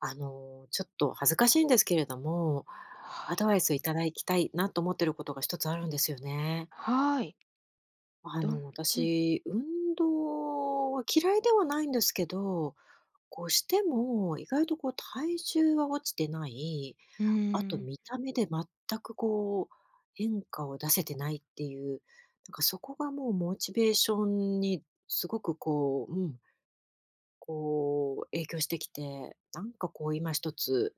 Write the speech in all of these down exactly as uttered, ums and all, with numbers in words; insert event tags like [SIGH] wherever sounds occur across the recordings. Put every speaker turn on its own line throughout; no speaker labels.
あの、ちょっと恥ずかしいんですけれども、
は
ア
い。
ドバイスいただきたいなと思ってることが一つあるんですよね。
はい。
あ
どん
の、
うん。
私、運動は嫌いではないんですけど、こうしても意外とこう体重は落ちてない、
うー
あと
ん。
見た目で全くこう変化を出せてないっていう、なんかそこがもうモチベーションにすごくこう、うん、こう影響してきて、なんかこう今一つ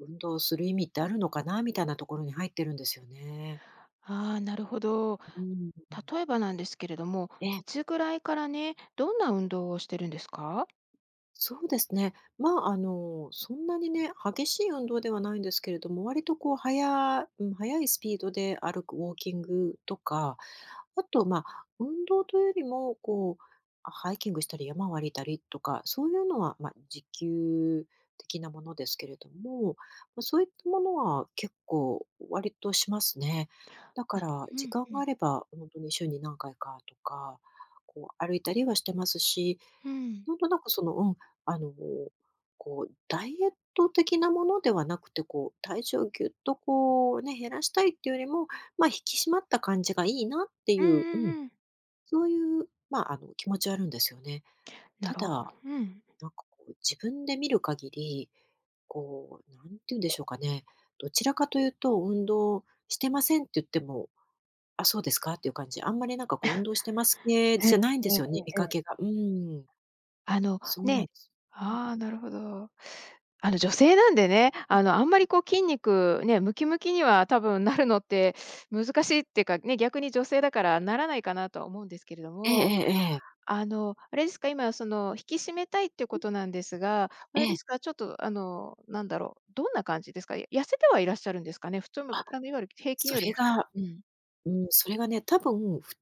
運動する意味ってあるのかなみたいなところに入ってるんですよね。
ああ、なるほど。
うん。
例えばなんですけれども、
ええ、
いつぐらいからね、どんな運動をしてるんですか？
そうですね。まあ、あの、そんなにね、激しい運動ではないんですけれども、割とこう、速いうん、速いスピードで歩くウォーキングとか、あと、まあ、運動というよりも、こう、ハイキングしたり山を歩いたりとか、そういうのは、まあ、時給的なものですけれども、ま、そういったものは結構割としますね。だか
な
ら、
う
時
ん
間
う
があ
ん
れば、本当に週に何回かとか、こう歩いたりはしてますし、
うん。
なんとなくその、うん、あの、こう、ダイエット的なものではなくて、こう、体重をぎゅっとこうね、減らしたいっていうよりも、まあ、引き締まった感じがいいなって
う
い
ん
う、う
う
ん、
んうん。
そういう、まあ、あの、気持ちはあるんですよね。
な
た
る
だ、
ほど。うん。
なんかこう、自分で見る限り、こう、なんて言うんでしょうかね、どちらかというと運動してませんって言っても、あ、そうですかっていう感じ。あんまりなんかこう運動してます系
ええ
じゃないんで
え
すよね、見
え
か
え
け
え、
が。うん、
あの、
そうなん
ね、
です。
ああ、なるほど。あの、女性なんでね、あの、あんまりこう筋肉ね、ムキムキには多分なるのって難しいっていうか、ね、逆に女性だからならないかなとは思うんですけれど
ええ
も、
ええええ。
あの、あれですか、今その、引き締めたいっていうことなんですが、あ
え
れで
え。
すか、ちょっとあの、なんだろう、どんな感じですか？や痩せてはいらっしゃるんですかね？普通の、
あ、
あの、いわゆる平均
そ
より
れ
も太
が
うん、
うん、それがね、多分、ふ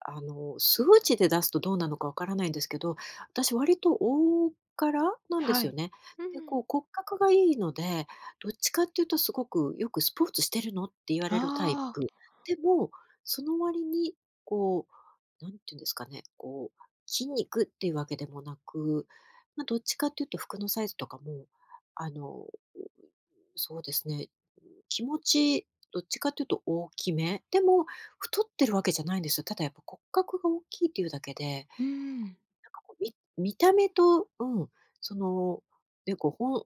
あの、数値で出すとどうなのかわからないんですけど、私割と大柄なんで
は
すよ
い。
ね。
う
で、
ん。
こう骨格がいいので、どっちかっていうとすごくよく「スポーツしてるの？」って言われるタイ
ああ、
プ。でも、その割にこう、何て言うんですかね、こう、筋肉っていうわけでもなく、ま、どっちかっていうと服のサイズとかも、あの、そうですね気持ち、どっちかというと大きめ。でも、太ってるわけじゃないんですよ。ただやっぱ骨格が大きいっていうだけで、
うん、
み見た目と、うん、その、ね、こうほん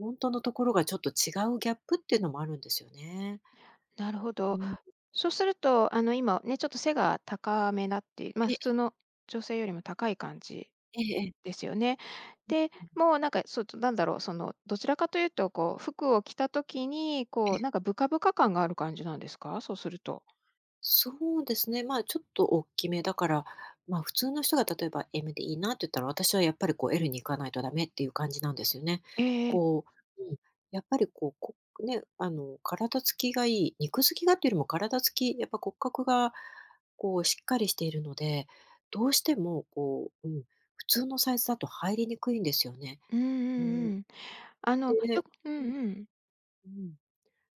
ほんとのところがちょっと違うギャップっていうのもあるんですよね。
なるほ
う
ど。
ん。
そうすると、あの、今ね、ちょっと背が高めだって、まあ、
え
普通
え
の女性よりも高い感じ
ええええ。
ですよね。で、
うん。え
もうなんか、そう、なんだろう、その、どちらかというとこう、服を着た時に、こう、なんかブカブカ感がある感じなんですか？そうすると。
そうですね、まあ、ちょっと大きめだから、まあ、普通の人が例えば M でいいなって言ったら、私はやっぱりこう L に行かないとダメっていう感じなんですよね。
ええ、
こう、うん、やっぱりこう、こね、あの、体つきがいい、肉付きがっていうよりも体つき、やっぱ骨格がこうしっかりしているので、どうしてもこう、うん、普通のサイズだと入りにくいんですよね。
うん
うん、
うんうん。あの、よ
で
くう
うん、
んうん。
うん、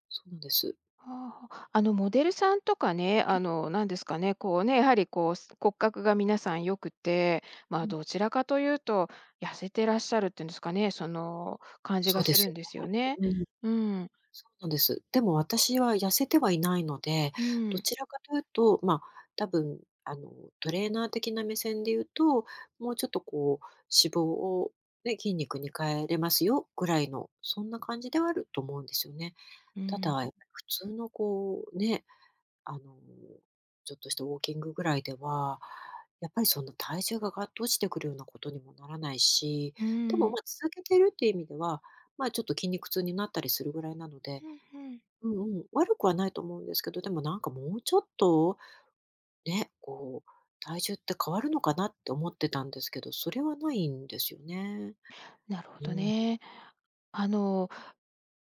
そうなんです。
はあ、あの、モデルさんとかね、
え、
あの、なんですかね、こうね、やはりこう、す骨格が皆さん良くて、ま
う
あ、
ん、
どちらかというと、痩せてらっしゃるっていうんですかね、その、感じ
そ
が
うで
す
す
る
よ
んですよ
ね。
ね。
うん。
うん、
そうなんです。でも私は痩せてはいないので、
う
ど
ん、
ちらかというと、まあ、多分あのトレーナー的な目線で言うと、もうちょっとこう脂肪をね、筋肉に変えれますよぐらいの、そんな感じではあると思うんですよね。
う
た
ん、
だ、
う
やっ
ん。
ぱり普通のこうね、あのちょっとしたウォーキングぐらいでは、やっぱりそんな体重がガッと落ちてくるようなことにもならないし、
う
でもま、
ん
続けてるっていう意味では、ま、ちょっと筋肉痛になったりするぐらいなので、
うん。
うんうん、悪くはないと思うんですけど、でもなんかもうちょっと、ね、こう、体重って変わるのかなって思ってたんですけど、それはないんですよね。
なるほ
う
ど
ん。
ね。あの、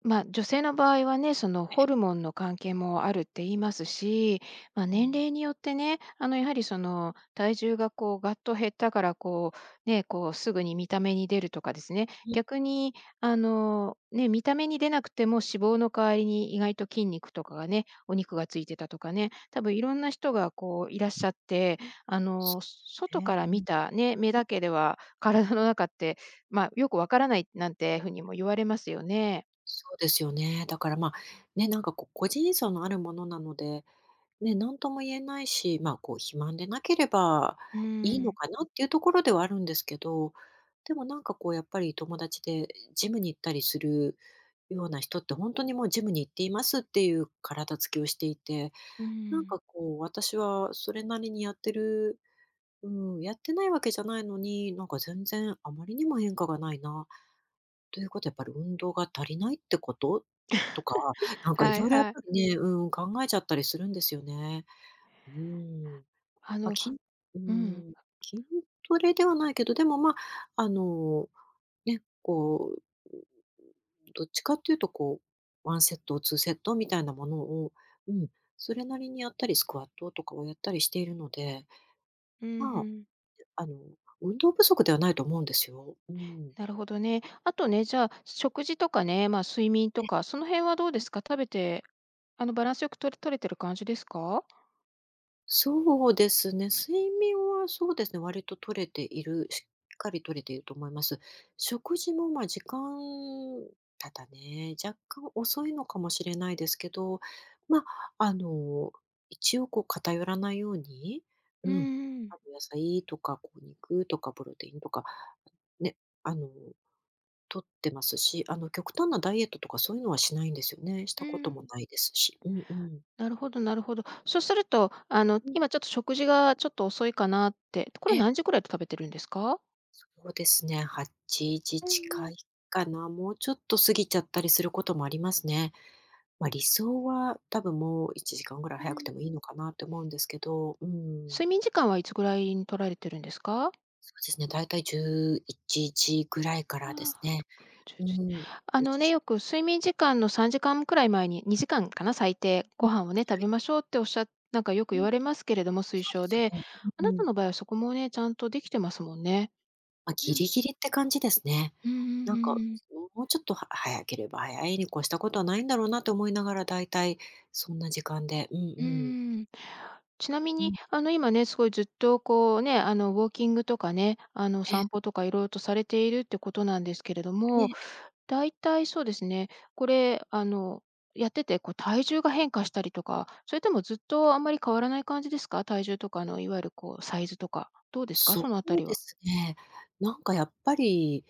まあ、女性の場合はね、そのホルモンの関係もあるって言いますし、まあ、
う
年
ん。
齢によってね、あのやはりその体重がこうガッと減ったからこう、ね、こうすぐに見た目に出るとかですね、逆にあの、ね、見た目に出なくても脂肪の代わりに意外と筋肉とかがね、お肉がついてたとかね、多分いろんな人がこういらっしゃって、あ
そ
の
う
外
ね。
か
う
ら見
ん。
た、ね、目だけでは体の中って、まあ、よくわからないなんてふうにも言われますよね。
そうですよね。だから、ま、あね、なんかこう個人差のあるものなのでね、何とも言えないし、まあ、こう肥満でなければ
う
いいの
ん、
かなっていうところではあるんですけど、でもなんかこうやっぱり友達でジムに行ったりするような人って本当にもうジムに行っていますっていう体つきをしていて、
う
なん
ん。
かこう私はそれなりにやってるうん、やってないわけじゃないのに、なんか全然あまりにも変化がないな。ということはやっぱり運動が足りないってこと？とか、なんかい
はい
ろいろやっ
は
ぱ
い。
りね、うん、考えちゃったりするんですよね。うーん、
あ
まあ、
の、
きんうー
うん。
ん、筋トレではないけど、でも、ま、あの、ね、こう、どっちかっていうと、こう、ワンセット、ツーセットみたいなものを、うん、それなりにやったり、スクワットとかをやったりしているので、
うん、
ま
ふ
あ、
ん。
あの、運動不足ではないと思うんですよ。うん。ええ。
なるほどね。あとね、じゃあ、食事とかね、まあ、睡眠とか、その辺はどうですか？食べて、あの、バランスよくとれ取れてる感じですか？
そうですね、睡眠はそうですね、割と取れているしっかり取れていると思います。食事も、ま、時間ただね、若干遅いのかもしれないですけど、まあ、あの、一応こう偏らないように、う
うん
ん、
うん。
あの、野菜とか、こう、肉とかプロテインとか、ね、あの、取ってますし、あの、極端なダイエットとかそういうのはしないんですよね。した
う
ことも
ん。
ないですし。うんうん。
なるほどなるほど。そうすると、あの、
うん、
今ちょっと食事がちょっと遅いかなって、これ
え
何時ぐらいと食べてるんですか？
そうですね、はちじ
うんう
近
ん。
いかな、もうちょっと過ぎちゃったりすることもありますね。まあ、理想は多分もういちじかんぐらい
う
早く
ん。
てもいいのかなって思うんですけど、うん。
睡眠時間はいつぐらいに取られてるんですか？
そうですね、だいたいじゅういちじぐらいか
あ
らです
あ、
ね。
ろく、じゅう、
うん、
1あ
11
のね、
時。
よく睡眠時間のさんじかんくらい前に、にじかんかな、最低、
うん。
ご飯をね、
は
食べ
い。
ましょうっておっしゃなんかよく
う
言
ん、
われますけれども、推
そうで
奨
すよ
で、
ね。
あ
う
な
ん
た
ま
の場合はそこもね、ちゃんとできてますもんね。
あギ
うん。
リギリって感じですね。
うんうんう
なん
ん
か、
うん。
もうちょっとは早ければ早いに越したことはないんだろうなと思いながら、だいたいそんな時間でうん
う
うん。
ーん。ちなみ
う
に、
ん。
あの、今ね、すごいずっとこうね、あの、ウォーキングとかね、あの、散歩とかいろいろとされているってことなんですけれど
え
も、
え。
大体そうですね。これ、あの、やってて、こう体重が変化したりとか、それともずっとあんまり変わらない感じですか？体重とか、あの、いわゆるこうサイズとか、どうですか？そ
そ
のあた
う
り
で
は。
すね。なんかやっぱり、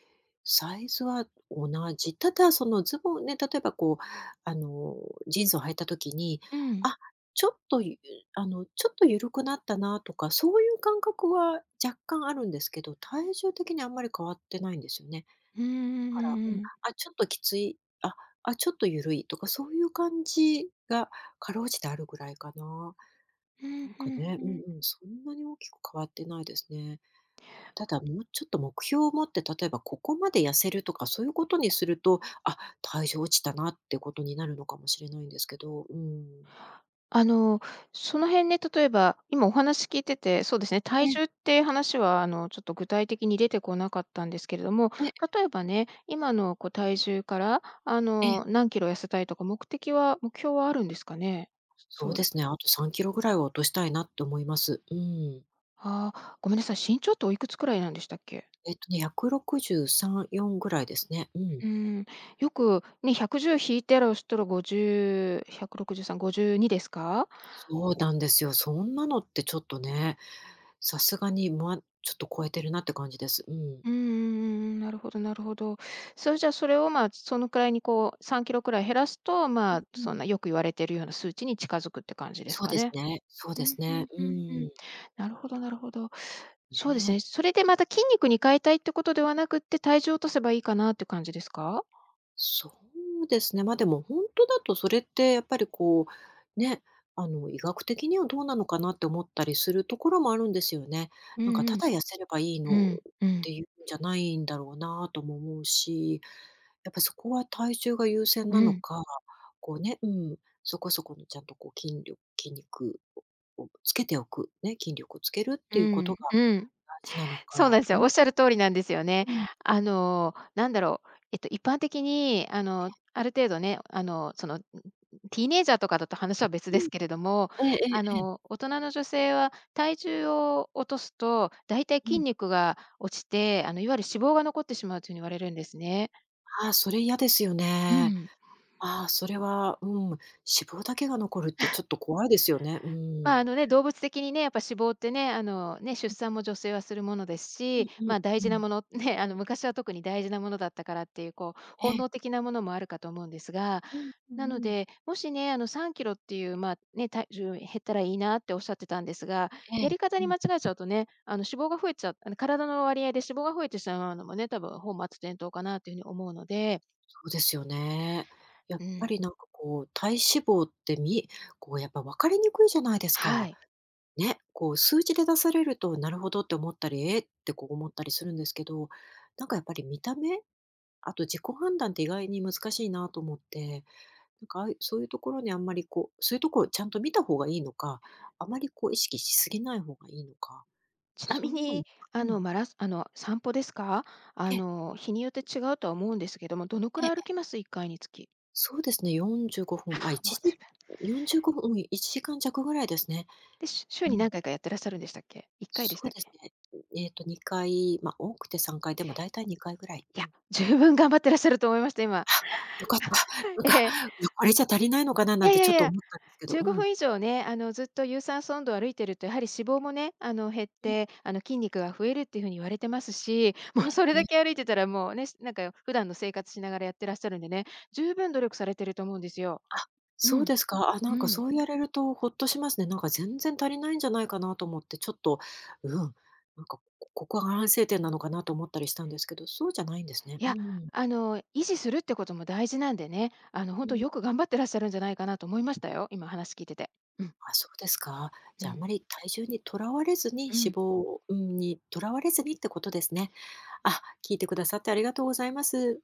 サイズは同じ。ただ、そのズボンね、例えばこう、あの、ジーンズを履いた時に、
うん。
あ、ちょっとゆあの、ちょっと緩くなったなとか、そういう感覚は若干あるんですけど、体重的にあんまり変わってないんですよね。
うんう
だ
んう
から、う
んう
ん、
ん。
あ、ちょっときつい、あ、あ、ちょっと緩いとか、そういう感じがかろうじてあるぐらいかな。
うん、
なん
う
か
ん
ね、う
うん。
んうん、そんなに大きく変わってないですね。ただ、もうちょっと目標を持って、例えばここまで痩せるとか、そういうことにすると、あ、体重落ちたなってことになるのかもしれないんですけど、うん。
あの、その辺ね、例えば、今お話聞いてて、そうですね、
え
体
え、
重って話は、あの、ちょっと具体的に出てこなかったんですけれども、
ええ、
例えばね、今のこう体重から、あ
ええ。
の、何キロ痩せたいとか、目的は目標はあるんですかね？
そう
そ
で
れ。
すね、あとさんキロぐらいは落としたいなって思います。うん。
ああ、ごめんなさい、身長っておいくつくらいなんでしたっけ？
えっとね、いちろくさん、よんぐらいですね。うん。
うん、よくね、ひゃくじゅう引いてら、そしたらごじゅう、ひゃくろくじゅうさん、ごじゅうにですか？
そうなんですよ。そんなのってちょっとね、さすがに、ま、ちょっと超えてるなって感じです。うん。
うんうんうんうん、なるほどなるほど。それじゃあ、それを、まあ、そのくらいにこうさんキロくらい減らすと、
う
ま
ん
あ、
う
そん
ん。
なよく言われているような数値に近づくって感じです
そう
か
です
ね。
ね、そう
う
で
ん
す
う
ね。
ん
う
うんうん。
ん。
なるほどなるほど。そうです
ね。
ね、それでまた筋肉に変えたいってことではなくって、体重を落とせばいいかなっていう感じですか？
そうですね。ま、でも本当だとそれってやっぱりこう、ね、あの、医学的にはどうなのかなって思ったりするところもあるんですよね。
う
なんか
ん
た
うん。
だ痩せればいい
う
のっ
ん、う
て
ん、
いうんじゃないんだろうなとも思うし、やっぱそこは体重が優先な
う
の
ん。
か、こうね、うん、そこそこのちゃんとこう筋力筋肉ををつけておく、ね、筋力をつけるって
う
いうこと
ん、
が
うん。
大事なの
そうな
か。
んです
う
よ。
ん
おっしゃる通りなんですよね。
うん。
あの、なんだろう、えっと、一般的に、あの、ある程度ね、あの、その、ティーネイジャーとかだと話は別で
うん。
すけれども、
えええ
あ
ええ
の、
え。
大人の女性は体重を落とすと、だいたい
う
筋
ん。
肉が落ちて、あの、いわゆる脂肪が残ってしまうというふうに言われるんですね。
ああ、それ嫌ですよ
う
ね。
ん。
ああ、それは、うん、脂肪だけが残るってちょっと怖いですよね。う
まあ、あ
ん。
のね、動物的にね、やっぱ脂肪ってね、あの、ね、出産も女性はするものです
う
し、
んうん
まあ、大
うん
事な
うん。
もの、[LAUGHS] ね、あの、昔は特に大事なものだったからっていう、こう、
え
本能
え。
的なものもあるかと思うんですが、
うんう
な
ん
の
うん。
で、もしね、あの、さんキロっていう、まあ、ね、体重減ったらいいなっておっしゃってたんですが、
ええ、
やり方
う
に
ん、
間違えちゃうとね、あの、脂肪が増えちゃう、あの、体の割合で脂肪が増えてしまうのもね、多分本末転倒かなっていうふうに思うので、
そうですよね。やっ
う
ぱ
ん、
りなんかこう、体脂肪ってみこうやっぱ分かりにくいじゃないです
は
か。
い。
ね、こう数値で出されると、なるほどって思ったり、ええってこう思ったりするんですけど、なんかやっぱり見た目、あと自己判断って意外に難しいなと思って。なんか、ああいう、そういうところにあんまりこう、そういうところをちゃんと見た方がいいのか、あまりこう意識しすぎない方がいいのか、
ちな
そ
み
ういうのも
に、あ
うん。
の、マラスあの、散歩ですか？あ
ええ、
の、日によって違うとは思うんですけども、どのく
え
らい歩
え、
きます？いっかいにつき。
そうですね、45分、ま、1
あ、もう十
時
分。
よんじゅうごふん、よんじゅうごふん、時間弱ぐらいですね。
で、し週
う
に
ん。
何回かやってらっしゃるんでしたっけ？いっかいで
そ
し
う
たっ
です
け？
ね。ええとにかい、ま、多くてさんかい、でも大体にかいぐらい。う
いや、
ん。
十分頑張ってらっしゃると思いました、今。
よかった。
[LAUGHS]
[LAUGHS] なんか、
ええ。
いや、これじゃ足りないのかな
い
なん
やい
て
や
ちょっ
い
と
や、
思ったんですけど、
15
うん。
分以上ね、あの、ずっと有酸素運動を歩いてると、やはり脂肪もね、あの、減っ
うん、
て、あの、筋肉が増えるっていうふうに言われてますし、[LAUGHS] もうそれだ
え
け歩いてたらもうね、なんか普段の生活しながらやってらっしゃるんでね、十分努力されてると思うんですよ。
あ、
う
そう
ん、
ですか。あ、な
う
んか
ん。
そうやれるとほっとしますね。なんか全然足りないんじゃないかなと思って、ちょっと、うん、なんかこここが反省点なのかなと思ったりしたんですけど、そうじゃないんですね。
い
う
や、
ん。
あの、維持するってことも大事なんでね、あの、
う
本当
ん。
よく頑張ってらっしゃるんじゃないかなと思いましたよ、今話聞いてて。うん、
あ、そうですか。
う
じゃあ、あま
ん、
り体重にとらわれずに、脂
うん。
肪、うん、にとらわれずにってことですね。あ、聞いてくださってありがとうございます。